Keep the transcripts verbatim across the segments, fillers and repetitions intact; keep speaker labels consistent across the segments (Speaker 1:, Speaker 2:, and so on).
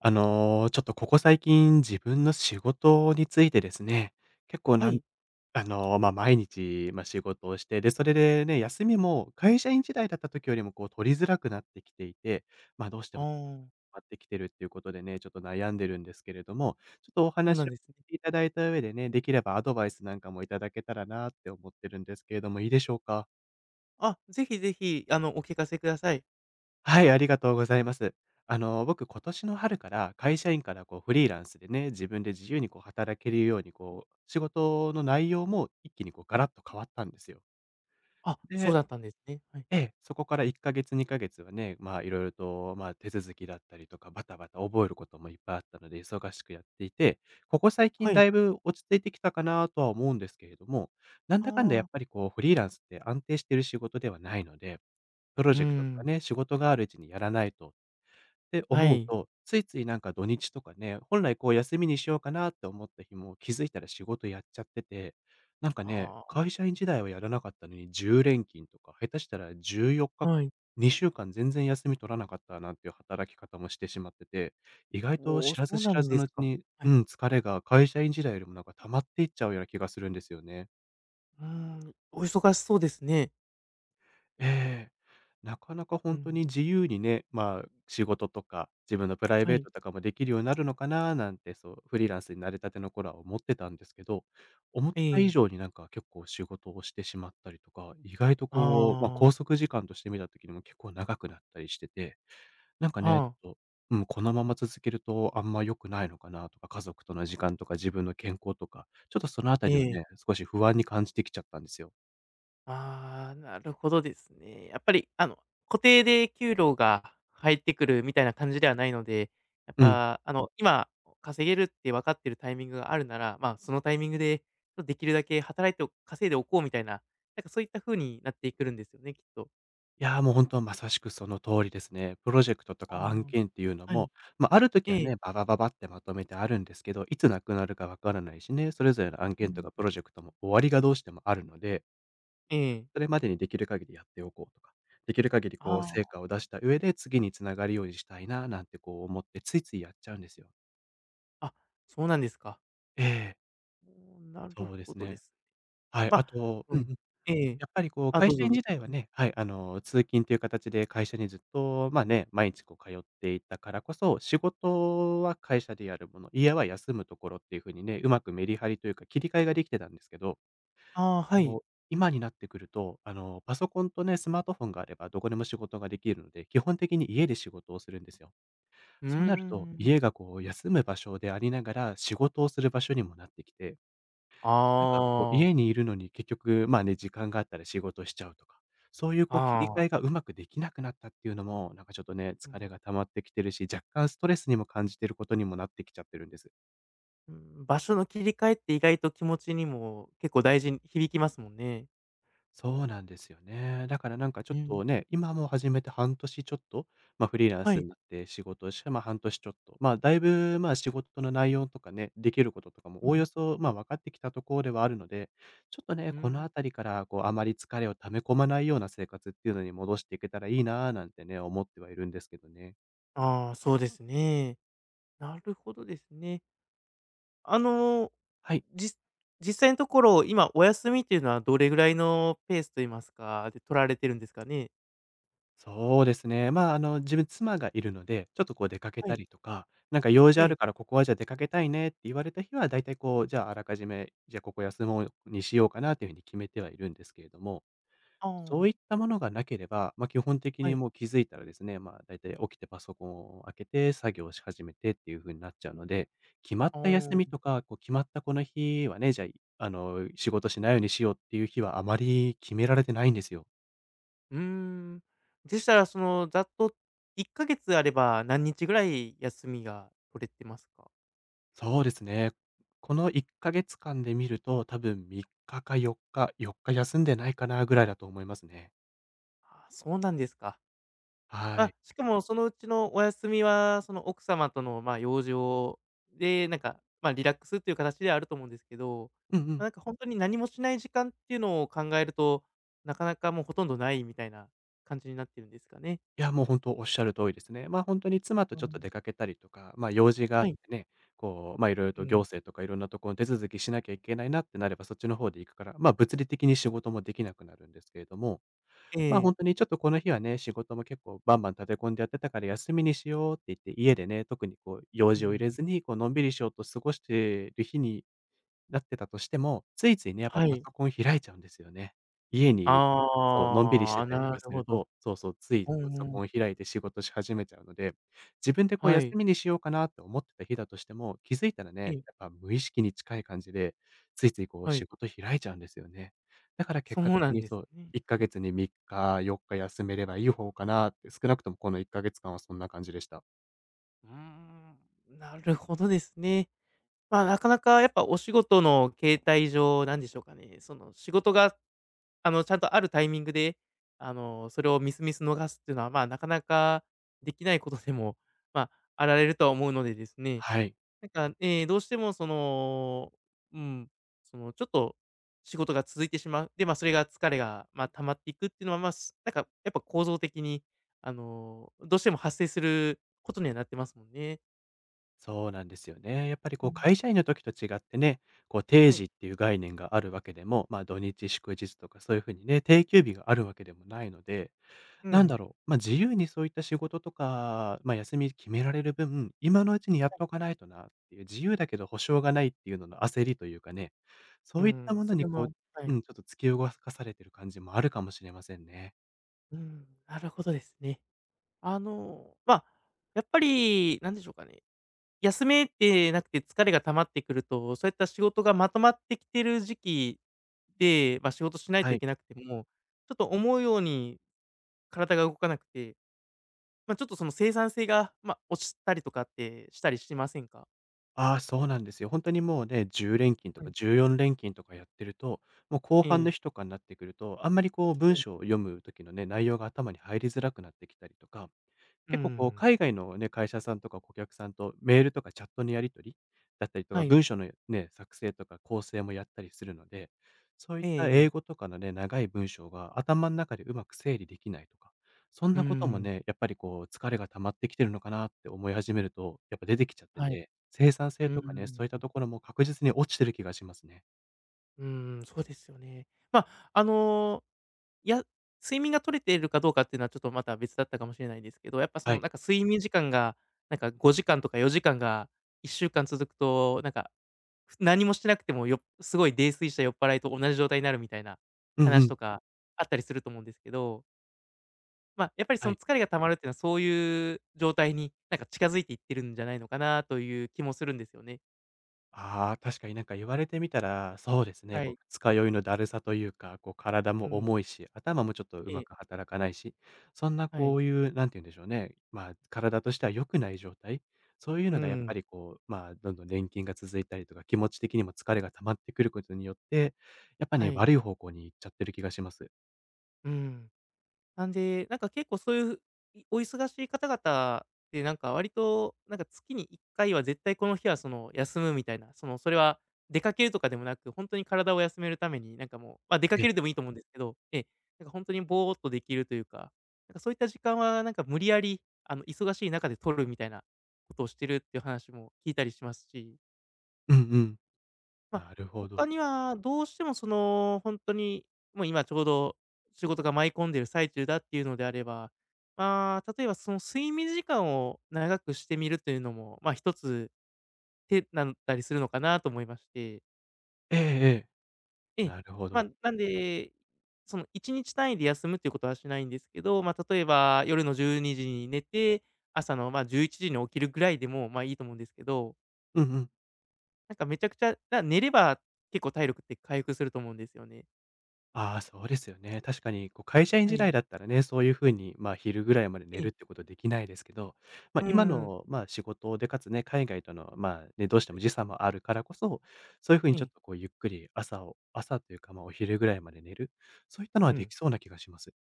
Speaker 1: あの、ちょっとここ最近、自分の仕事についてですね、結構
Speaker 2: は
Speaker 1: なん
Speaker 2: い。
Speaker 1: あの、ま、あ毎日、まあ、仕事をして、で、それでね、休みも会社員時代だった時よりもこう取りづらくなってきていて、ま、あどうして
Speaker 2: あ
Speaker 1: も
Speaker 2: あ、
Speaker 1: なってきてるっていうことでね、ちょっと悩んでるんですけれども、ちょっとお
Speaker 2: そうな
Speaker 1: 話
Speaker 2: ん
Speaker 1: を
Speaker 2: ですね。
Speaker 1: いただいた上でね、できればアドバイスなんかもいただけたらなって思ってるんですけれども、いいでしょうか？
Speaker 2: あ、ぜひぜひ、あの、お聞かせください。
Speaker 1: はい、ありがとうございます。あの、僕、今年の春から会社員からこうフリーランスでね、自分で自由にこう働けるように、こう、仕事の内容も一気にこうガラッと変わったんですよ。
Speaker 2: あ、そう
Speaker 1: で、
Speaker 2: だったんですね。はい。
Speaker 1: ええ、そこからいっかげつ、にかげつはね、まあ、いろいろと、まあ、手続きだったりとか、バタバタ覚えることもいっぱいあったので、忙しくやっていて、ここ最近
Speaker 2: は
Speaker 1: だ
Speaker 2: い。
Speaker 1: いぶ落ち着いてきたかなとは思うんですけれども、なん
Speaker 2: あ
Speaker 1: だかんだやっ
Speaker 2: あ、
Speaker 1: ぱりこう、フリーランスって安定してる仕事ではないので、プロ
Speaker 2: うー
Speaker 1: ジェクトとか
Speaker 2: ん、
Speaker 1: ね、仕事があるうちにやらないとって
Speaker 2: は
Speaker 1: 思う
Speaker 2: い。
Speaker 1: と、ついついなんか土日とかね、本来こう休みにしようかなって思った日も気づいたら仕事やっちゃってて、なんかね、
Speaker 2: あ
Speaker 1: 会社員時代はやらなかったのにじゅう連勤とか、下手したら14
Speaker 2: あ、
Speaker 1: 日
Speaker 2: はい。
Speaker 1: 間、にしゅうかん全然休み取らなかったなんていう働き方もしてしまってて、意外と
Speaker 2: おお、
Speaker 1: 知
Speaker 2: そ
Speaker 1: らず
Speaker 2: う
Speaker 1: 知
Speaker 2: な
Speaker 1: ら
Speaker 2: ん
Speaker 1: ず
Speaker 2: です
Speaker 1: のうち
Speaker 2: か。
Speaker 1: に、
Speaker 2: は
Speaker 1: う
Speaker 2: い。
Speaker 1: ん、疲れが会社員時代よりもなんか溜まっていっちゃうような気がするんですよね。
Speaker 2: うーん、お忙しそうですね。
Speaker 1: ええ。なかなか
Speaker 2: う
Speaker 1: 本当に
Speaker 2: ん、
Speaker 1: 自由にね、まあ、仕事とか、自分のプライ
Speaker 2: は
Speaker 1: ベー
Speaker 2: い。
Speaker 1: トとかもできるようになるのかななんて、そう、フリーランスになれたての頃は思ってたんですけど、思っ
Speaker 2: え
Speaker 1: た以上
Speaker 2: え。
Speaker 1: になんか結構仕事をしてしまったりとか、意外とこう、まあ、
Speaker 2: あ
Speaker 1: 拘
Speaker 2: あ、
Speaker 1: 束時間として見た時にも結構長くなったりしてて、なんか
Speaker 2: は
Speaker 1: ね、ち
Speaker 2: あ、
Speaker 1: ょっと、うん、このまま続けるとあんま良くないのかなとか、家族との時間とか自分の健康とか、ちょっとそのあた
Speaker 2: え
Speaker 1: りを
Speaker 2: え。
Speaker 1: ね、少し不安に感じてきちゃったんですよ。
Speaker 2: ああ、なるほどですね。やっぱり、あの、固定で給料が入ってくるみたいな感じではないので、やっ
Speaker 1: うん。
Speaker 2: ぱ、あの、今稼げるって分かってるタイミングがあるなら、まあ、そのタイミングで、ちょっとできるだけ働いてお稼いでおこうみたいな、なんかそういった風になってくるんですよね、きっと。
Speaker 1: いや、もう本当まさしくその通りですね。プロジェクトと
Speaker 2: あ
Speaker 1: か案件っていうの
Speaker 2: あ、はい。
Speaker 1: も、まあ、ある時
Speaker 2: え
Speaker 1: は
Speaker 2: え。
Speaker 1: ね、ババババってまとめてあるんですけど、いつなくなるかわからないしね、それぞれの案
Speaker 2: う
Speaker 1: 件と
Speaker 2: ん。
Speaker 1: かプロジェクトも終わりがどうしてもあるので、
Speaker 2: え
Speaker 1: そ
Speaker 2: え。
Speaker 1: れまでにできる限りやっておこうとか、できる限り
Speaker 2: あ
Speaker 1: こう成
Speaker 2: あ。
Speaker 1: 果を出した上で次に繋がるようにしたいななんてこう思ってついついやっちゃうんですよ。
Speaker 2: あ、そうなんですか。
Speaker 1: ええ、
Speaker 2: おー、なる
Speaker 1: そうで
Speaker 2: ほ
Speaker 1: す
Speaker 2: どで
Speaker 1: ね。
Speaker 2: す。
Speaker 1: はい、
Speaker 2: ま
Speaker 1: あ
Speaker 2: あ、
Speaker 1: とう
Speaker 2: は
Speaker 1: んう
Speaker 2: い。
Speaker 1: ん。
Speaker 2: ええ。
Speaker 1: やっぱりこう
Speaker 2: あ、ど
Speaker 1: 会
Speaker 2: う
Speaker 1: 社
Speaker 2: ぞ
Speaker 1: 員
Speaker 2: どう
Speaker 1: 時
Speaker 2: ぞ。
Speaker 1: 代はね、はい、あの、通勤という形で会社にずっと、まあね、毎日こう通っていたからこそ、仕事は会社でやるもの、家は休むところっていう風にね、うまくメリハリというか切り替えができてたんですけど、
Speaker 2: ああ、はい。
Speaker 1: こう、今になってくると、あの、パソコンとね、スマートフォンがあればどこでも仕事ができるので、基本的に家で仕事をするんですよ。
Speaker 2: うー
Speaker 1: そうなると、
Speaker 2: ん。
Speaker 1: 家がこう休む場所でありながら仕事をする場所にもなってきて、
Speaker 2: あ
Speaker 1: なんかこう、
Speaker 2: あ。
Speaker 1: 家にいるのに結局、まあね、時間があったら仕事しちゃうとか、そういうこう切り
Speaker 2: あ
Speaker 1: 替え
Speaker 2: あ。
Speaker 1: がうまくできなくなったっていうのも、なんかちょっとね、
Speaker 2: う
Speaker 1: 疲
Speaker 2: ん。
Speaker 1: れが溜まってきてるし、若干ストレスにも感じてることにもなってきちゃってるんです。
Speaker 2: うん、場所の切り替えって意外と気持ちにも結構大事に響きますもんね。
Speaker 1: そうなんですよね。だからなんかちょ
Speaker 2: う
Speaker 1: っ
Speaker 2: ん。
Speaker 1: とね、今もう始めて半年ちょっと、まあ、フリーラン
Speaker 2: は
Speaker 1: ス
Speaker 2: い。
Speaker 1: になって仕事をして、まあ、半年ちょっと。まあ、だいぶ、まあ、仕事の内容とかね、できることとかも
Speaker 2: う
Speaker 1: おおよ
Speaker 2: ん。
Speaker 1: そ、まあ、分かってきたところではあるので、ちょっとね、
Speaker 2: う
Speaker 1: この
Speaker 2: ん。
Speaker 1: あたりから、こう、あまり疲れを溜め込まないような生活っていうのに戻していけたらいいなぁ、なんてね、思ってはいるんですけどね。
Speaker 2: ああ、そうですね。なるほどですね。あの、
Speaker 1: はい。
Speaker 2: じ実際のところ、今お休みっていうのはどれぐらいのペースと言いますか、で取られてるんですかね？
Speaker 1: そうですね。まあ、あの、自分妻がいるので、ちょっとこう出かけ
Speaker 2: は
Speaker 1: た
Speaker 2: い。
Speaker 1: りとか、なんか用事
Speaker 2: え
Speaker 1: ある
Speaker 2: え。
Speaker 1: からここはじゃあ出かけたいねって言われた日は、だいたいこう、じゃああらかじめ、じゃあここ休もうにしようかなというふうに決めてはいるんですけれども、
Speaker 2: あ
Speaker 1: そう
Speaker 2: あ。
Speaker 1: いったものがなければ、まあ基本的
Speaker 2: は
Speaker 1: に
Speaker 2: い。
Speaker 1: もう気づいたらですね、まあだいたい起きてパソコンを開けて作業し始めてっていうふうになっちゃうので、決まっ
Speaker 2: あ
Speaker 1: た休みと
Speaker 2: あ。
Speaker 1: か、こう決まったこの日はね、じゃあ、あの、仕事しないようにしようっていう日はあまり決められてないんですよ。
Speaker 2: うーん。でしたら、その、ざっといっかげつあれば何日ぐらい休みが取れてますか？
Speaker 1: そうですね。このいっかげつかんで見ると、多分みっかかよっか、よっか休んでないかなぐらいだと思いますね。
Speaker 2: ああ、そうなんですか。ま、
Speaker 1: は
Speaker 2: あ、
Speaker 1: い。
Speaker 2: しかもそのうちのお休みは、その奥様との、ま、用事を、で、なんか、ま、あリラックスっていう形ではあると思うんですけど、
Speaker 1: うんう
Speaker 2: ま、
Speaker 1: ん。
Speaker 2: なんか本当に何もしない時間っていうのを考えると、なかなかもうほとんどないみたいな感じになってるんですかね。
Speaker 1: いや、もう本当おっしゃる通りですね。ま、あ本当に妻と
Speaker 2: う
Speaker 1: ちょっと
Speaker 2: ん。
Speaker 1: 出かけたりとか、ま、用事があっ
Speaker 2: は
Speaker 1: て
Speaker 2: い。
Speaker 1: ね、こう、ま、いろいろ
Speaker 2: う
Speaker 1: と行
Speaker 2: ん。
Speaker 1: 政とかいろんなところの手続きしなきゃいけないなってなれば、そっちの方で行くから、ま、物理的に仕事もできなくなるんですけれども、
Speaker 2: え
Speaker 1: ま、あ
Speaker 2: え。
Speaker 1: 本当にちょっとこの日はね、仕事も結構バンバン立て込んでやってたから休みにしようって言って、家でね、特にこう用
Speaker 2: う
Speaker 1: 事を入れ
Speaker 2: ん。
Speaker 1: ずに、こうのんびりしようと過ごしてる日になってたとしても、ついついね、やっぱ
Speaker 2: は
Speaker 1: パ
Speaker 2: い。
Speaker 1: ソコン開いちゃうんですよね。家にいると、そう、のんびりし
Speaker 2: あ
Speaker 1: て
Speaker 2: あ、
Speaker 1: たりと
Speaker 2: な
Speaker 1: か
Speaker 2: る
Speaker 1: す
Speaker 2: ほ
Speaker 1: る
Speaker 2: ど。
Speaker 1: と、そうそう、つい
Speaker 2: うん
Speaker 1: パソ
Speaker 2: うん。
Speaker 1: コン開いて仕事し始めちゃうので、自分でこう
Speaker 2: は
Speaker 1: 休
Speaker 2: い。
Speaker 1: みにしようかなって思ってた日だとしても、気づいたら
Speaker 2: え
Speaker 1: ね、
Speaker 2: え、
Speaker 1: やっぱ無意識に近い感じで、ついついこう
Speaker 2: は
Speaker 1: 仕
Speaker 2: い。
Speaker 1: 事開いちゃうんですよね。だから
Speaker 2: そ
Speaker 1: 結果
Speaker 2: う
Speaker 1: 的
Speaker 2: なん
Speaker 1: に
Speaker 2: です
Speaker 1: そう、
Speaker 2: ね。
Speaker 1: 1
Speaker 2: はい。
Speaker 1: ヶ月にみっか、よっか休めればいい方かなって、少なくともこのいっかげつかんはそんな感じでした。
Speaker 2: うーん、なるほどですね。まあ、なかなかやっぱお仕事の形態上、なんでしょうかね、その仕事が、あの、ちゃんとあるタイミングで、あの、それをミスミス逃すっていうのは、まあ、なかなかできないことでも、まあ、あられるとは思うのでですね、
Speaker 1: はい。
Speaker 2: なんか、えーどうしてもその、うん、その、ちょっと仕事が続いてしまう。で、まあ、それが疲れが、まあ、溜まっていくっていうのは、まあ、すなんかやっぱ構造的に、あの、どうしても発生することにはなってますもんね。
Speaker 1: そうなんですよね。やっぱり
Speaker 2: う
Speaker 1: こう
Speaker 2: ん。
Speaker 1: 会社員の時と違ってね、こう定
Speaker 2: はい。
Speaker 1: 時っていう概念があるわけでも、まあ土日祝日とかそういうふうにね、定休日があるわけでもないので、
Speaker 2: う
Speaker 1: なん
Speaker 2: ん。
Speaker 1: だろう、まあ自由にそういった仕事とか、まあ休み決められる分、今のうちにやっとかないとなっていう、自由だけど保証がないっていうのの焦りというかね、そ
Speaker 2: う
Speaker 1: ういった
Speaker 2: ん、
Speaker 1: もの
Speaker 2: そ
Speaker 1: に
Speaker 2: れ
Speaker 1: こう、
Speaker 2: もは
Speaker 1: う
Speaker 2: い。
Speaker 1: ん、ちょっと突き動かされてる感じもあるかもしれませんね。
Speaker 2: うん、なるほどですね。あの、まあ、やっぱりなんでしょうかね、休めてなくて疲れが溜まってくると、そういった仕事がまとまってきてる時期で、まあ、仕事しない
Speaker 1: は
Speaker 2: とい
Speaker 1: い。
Speaker 2: けなくても、ちょっと思うように体が動かなくて、まあ、ちょっとその生産性が、まあ、落ちたりとかってしたりしませんか？
Speaker 1: ああ、そうなんですよ。本当にもうね、じゅうれんきん連勤と
Speaker 2: は
Speaker 1: か
Speaker 2: い。
Speaker 1: じゅうよんれんきん連勤とかやってると、もう後
Speaker 2: え
Speaker 1: 半の
Speaker 2: え。
Speaker 1: 日とかになってくると、あんまりこう
Speaker 2: は
Speaker 1: 文
Speaker 2: い。
Speaker 1: 章を読む時のね、内容が頭に入りづらくなってきたりとか、
Speaker 2: う
Speaker 1: 結構こう、
Speaker 2: ん。
Speaker 1: 海外のね、会社さんとか顧客さんとメールとかチャットのやり取りだったりと
Speaker 2: は
Speaker 1: か、
Speaker 2: い。
Speaker 1: 文章のね、作成とか構成もやったりするので、そういった英
Speaker 2: ええ。
Speaker 1: 語とかのね、長い文章が頭の中でうまく整理できないとか、そん
Speaker 2: う
Speaker 1: なことも
Speaker 2: ん。
Speaker 1: ね、やっぱりこう、疲れが溜まってきてるのかなって思い始めると、やっぱ出てきちゃって
Speaker 2: はい。
Speaker 1: て、生産性
Speaker 2: う
Speaker 1: とかね、そう
Speaker 2: ん。
Speaker 1: いったところも確実に落ちてる気がしますね。
Speaker 2: うん、そうですよね。まあ、あのいや、睡眠が取れているかどうかっていうのはちょっとまた別だったかもしれないですけど、やっぱそ
Speaker 1: は
Speaker 2: の
Speaker 1: い。
Speaker 2: なんか睡眠時間が、なんかごじかんとかよじかんがいっしゅうかん続くと、なんか、ふ何もしてなくてもよすごい泥酔した酔っ払いと同じ状態になるみたいな
Speaker 1: うんう
Speaker 2: 話
Speaker 1: ん。
Speaker 2: とかあったりすると思うんですけど、まあ、やっぱりそ
Speaker 1: は
Speaker 2: の
Speaker 1: い。
Speaker 2: 疲れが溜まるっていうのはそういう状態になんか近づいていってるんじゃないのかなという気もするんですよね。
Speaker 1: ああ、確かになんか言われてみたら、そうですね、
Speaker 2: は
Speaker 1: こう
Speaker 2: い。
Speaker 1: 二日酔いのだるさというか、こう体も
Speaker 2: うん。
Speaker 1: 重いし、頭もちょっとう
Speaker 2: え
Speaker 1: ま
Speaker 2: え。
Speaker 1: く働かないし、そんな
Speaker 2: は
Speaker 1: こ
Speaker 2: い。
Speaker 1: ういう、なんて言うんでしょうね、まあ体としては良くない状態、そういう
Speaker 2: う
Speaker 1: のがやっぱ
Speaker 2: ん。
Speaker 1: りこう、まあどんどん錬金が続いたりとか、気持ち的にも疲れが溜まってくることによって、やっぱ
Speaker 2: は
Speaker 1: ね、
Speaker 2: い。
Speaker 1: 悪い方向に行っちゃってる気がします。
Speaker 2: うん。なんで、なんか結構そういう、いお忙しい方々で、なんか割と、なんか月にいっかいは絶対この日はその休むみたいな、その、それは出かけるとかでもなく、本当に体を休めるために、なんかもう、ま、出か
Speaker 1: ええ、
Speaker 2: けるでもいいと思うんですけど、ええ、なんか本当にぼーっとできるというか、なんかそういった時間はなんか無理やり、あの、忙しい中で取るみたいなことをしてるっていう話も聞いたりしますし、
Speaker 1: うんうん。
Speaker 2: まあ、
Speaker 1: なるほ
Speaker 2: 他
Speaker 1: ど。
Speaker 2: には、どうしてもその、本当に、もう今ちょうど仕事が舞い込んでる最中だっていうのであれば、まあ、例えばその睡眠時間を長くしてみるというのも、ま、一つ手なったりするのかなと思いまして。
Speaker 1: ええええ。
Speaker 2: ええ、
Speaker 1: なるほ
Speaker 2: まあ、
Speaker 1: ど。
Speaker 2: なんで、そのいちにち単位で休むっていうことはしないんですけど、まあ、例えば夜のじゅうにじにじに寝て、朝の、ま、じゅういちじに起きるぐらいでも、ま、いいと思うんですけど、
Speaker 1: うんうん。
Speaker 2: なんかめちゃくちゃ、な寝れば結構体力って回復すると思うんですよね。
Speaker 1: ああ、そうですよね。確かに、こう、会社員
Speaker 2: は
Speaker 1: 時代
Speaker 2: い。
Speaker 1: だったらね、そういう風に、まあ、昼ぐらいまで寝
Speaker 2: ええ、
Speaker 1: るってことできないですけど、まあ、
Speaker 2: うー
Speaker 1: 今
Speaker 2: ん。
Speaker 1: の、まあ、仕事で、かつね、海外との、まあ、ね、どうして
Speaker 2: は
Speaker 1: も
Speaker 2: い。
Speaker 1: 時差もあるからこそ、そういう風
Speaker 2: え
Speaker 1: にちょっ
Speaker 2: え、
Speaker 1: と、こう、ゆっくり朝を朝というか、まあ、お昼ぐらいまで寝る、そういったの
Speaker 2: う
Speaker 1: はで
Speaker 2: ん。
Speaker 1: きそうな気がします。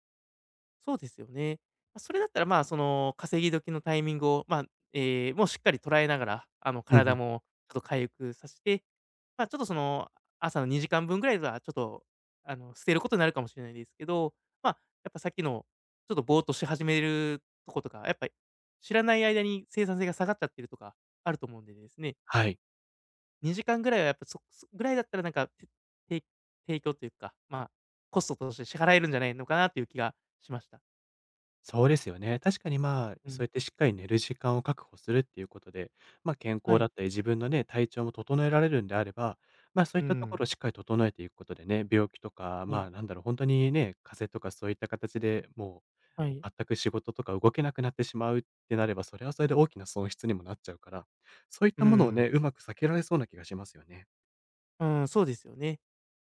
Speaker 2: そうですよね。ま、それだったら、まあ、その、稼ぎ時のタイミングを、まあ、ええ、もうしっかり捉えながら、あの、
Speaker 1: うんう
Speaker 2: 体
Speaker 1: ん。
Speaker 2: もちょっと回復さして、まあ、ちょっと、その、朝のにじかんぶんぐらいはちょっと、あの、捨てることになるかもしれないですけど、まあ、やっぱさっきの、ちょっとぼーっとし始めるとことか、やっぱり知らない間に生産性が下がっちゃってるとかあると思うんでですね、
Speaker 1: はい。
Speaker 2: にじかんぐらいはやっぱそそぐらいだったらなんか、てて提供というか、まあ、コストとして支払えるんじゃないのかなという気がしました。
Speaker 1: そうですよね。確かにまあ、
Speaker 2: うん。
Speaker 1: そうやってしっかり寝る時間を確保するっていうことで、まあ健
Speaker 2: は
Speaker 1: 康だ
Speaker 2: い。
Speaker 1: ったり自分のね、体調も整えられるんであれば、まあそうい
Speaker 2: う
Speaker 1: ったとこ
Speaker 2: ん。
Speaker 1: ろをしっかり整えていくことでね、病気とか、
Speaker 2: う
Speaker 1: ま
Speaker 2: ん。
Speaker 1: あなんだろう、本当にね、風邪とかそういった形でも
Speaker 2: はい。
Speaker 1: う全く仕事とか動けなくなってしまうってなれば、それはそれで大きな損失にもなっちゃうから、そういっ
Speaker 2: う
Speaker 1: たものを
Speaker 2: ん。
Speaker 1: ね、うまく避けられそうな気がしますよね。
Speaker 2: うん、そうですよね。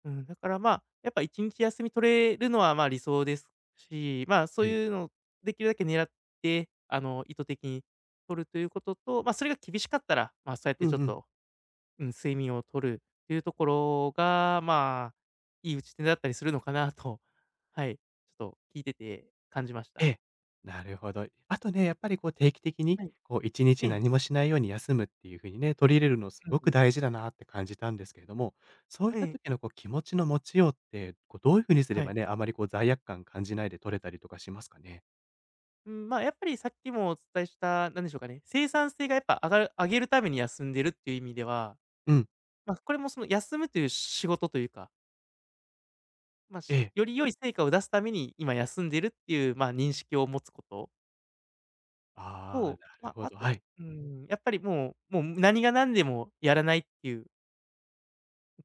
Speaker 2: うん、だからまあ、やっぱいちにち休み取れるのは、まあ、理想ですし、まあ、そう
Speaker 1: はい。
Speaker 2: いうのをできるだけ狙って、あの、意図的に取るということと、まあ、それが厳しかったら、まあ、そうやっ
Speaker 1: う
Speaker 2: てちょっ
Speaker 1: んうん。
Speaker 2: とうん、睡眠を取るっていうところが、まあ、いい打ち手だったりするのかなと、はい、ちょっと聞いてて感じまし
Speaker 1: え
Speaker 2: た。
Speaker 1: え。なるほど。あとね、やっぱりこう定期的に、
Speaker 2: はい。
Speaker 1: こう1
Speaker 2: え
Speaker 1: 日
Speaker 2: え。
Speaker 1: 何もしないように休むっていう風にね、取り入れるのすご
Speaker 2: うん、
Speaker 1: く大事だなって感じたんですけれども、そういっ
Speaker 2: え
Speaker 1: た
Speaker 2: え、
Speaker 1: 時のこう気持ちの持ちようって、こうどういう風にす
Speaker 2: は
Speaker 1: れ
Speaker 2: い。
Speaker 1: ばね、あまりこう罪悪感感じないで取れたりとかしますかね？
Speaker 2: うん、まあ、やっぱりさっきもお伝えした、なんでしょうかね、生産性がやっぱ上がる上げるために休んでるっていう意味では、
Speaker 1: うん。
Speaker 2: まあ、これもその休むという仕事というか、まあ、
Speaker 1: え
Speaker 2: し
Speaker 1: え。
Speaker 2: より良い成果を出すために今休んでるっていう、まあ、認識を持つこと
Speaker 1: ああ、
Speaker 2: と、
Speaker 1: な
Speaker 2: ま
Speaker 1: るほ
Speaker 2: あ、あ
Speaker 1: ど。
Speaker 2: と、
Speaker 1: はい。
Speaker 2: うん、やっぱりもうもう何が何でもやらないっていう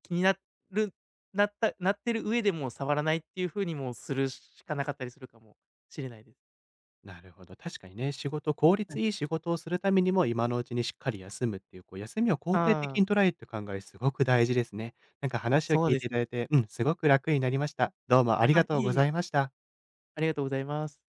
Speaker 2: 気になるなったなってる上でもう触らないっていう風にもうするしかなかったりするかもしれないです。
Speaker 1: なるほど。確かにね、仕事、効
Speaker 2: は
Speaker 1: 率
Speaker 2: い。
Speaker 1: いい仕事をするためにも、今のうちにしっかり休むっていう、こう、休みを肯定的
Speaker 2: ああ、
Speaker 1: に捉えるって考え、すごく大事ですね。なんか話を
Speaker 2: そう
Speaker 1: 聞い
Speaker 2: です。
Speaker 1: ていただいて、うん、すごく楽になりました。どうもあり
Speaker 2: あ、
Speaker 1: がとう
Speaker 2: いえ
Speaker 1: ご
Speaker 2: いえ、
Speaker 1: ざいました。
Speaker 2: ありがとうございます。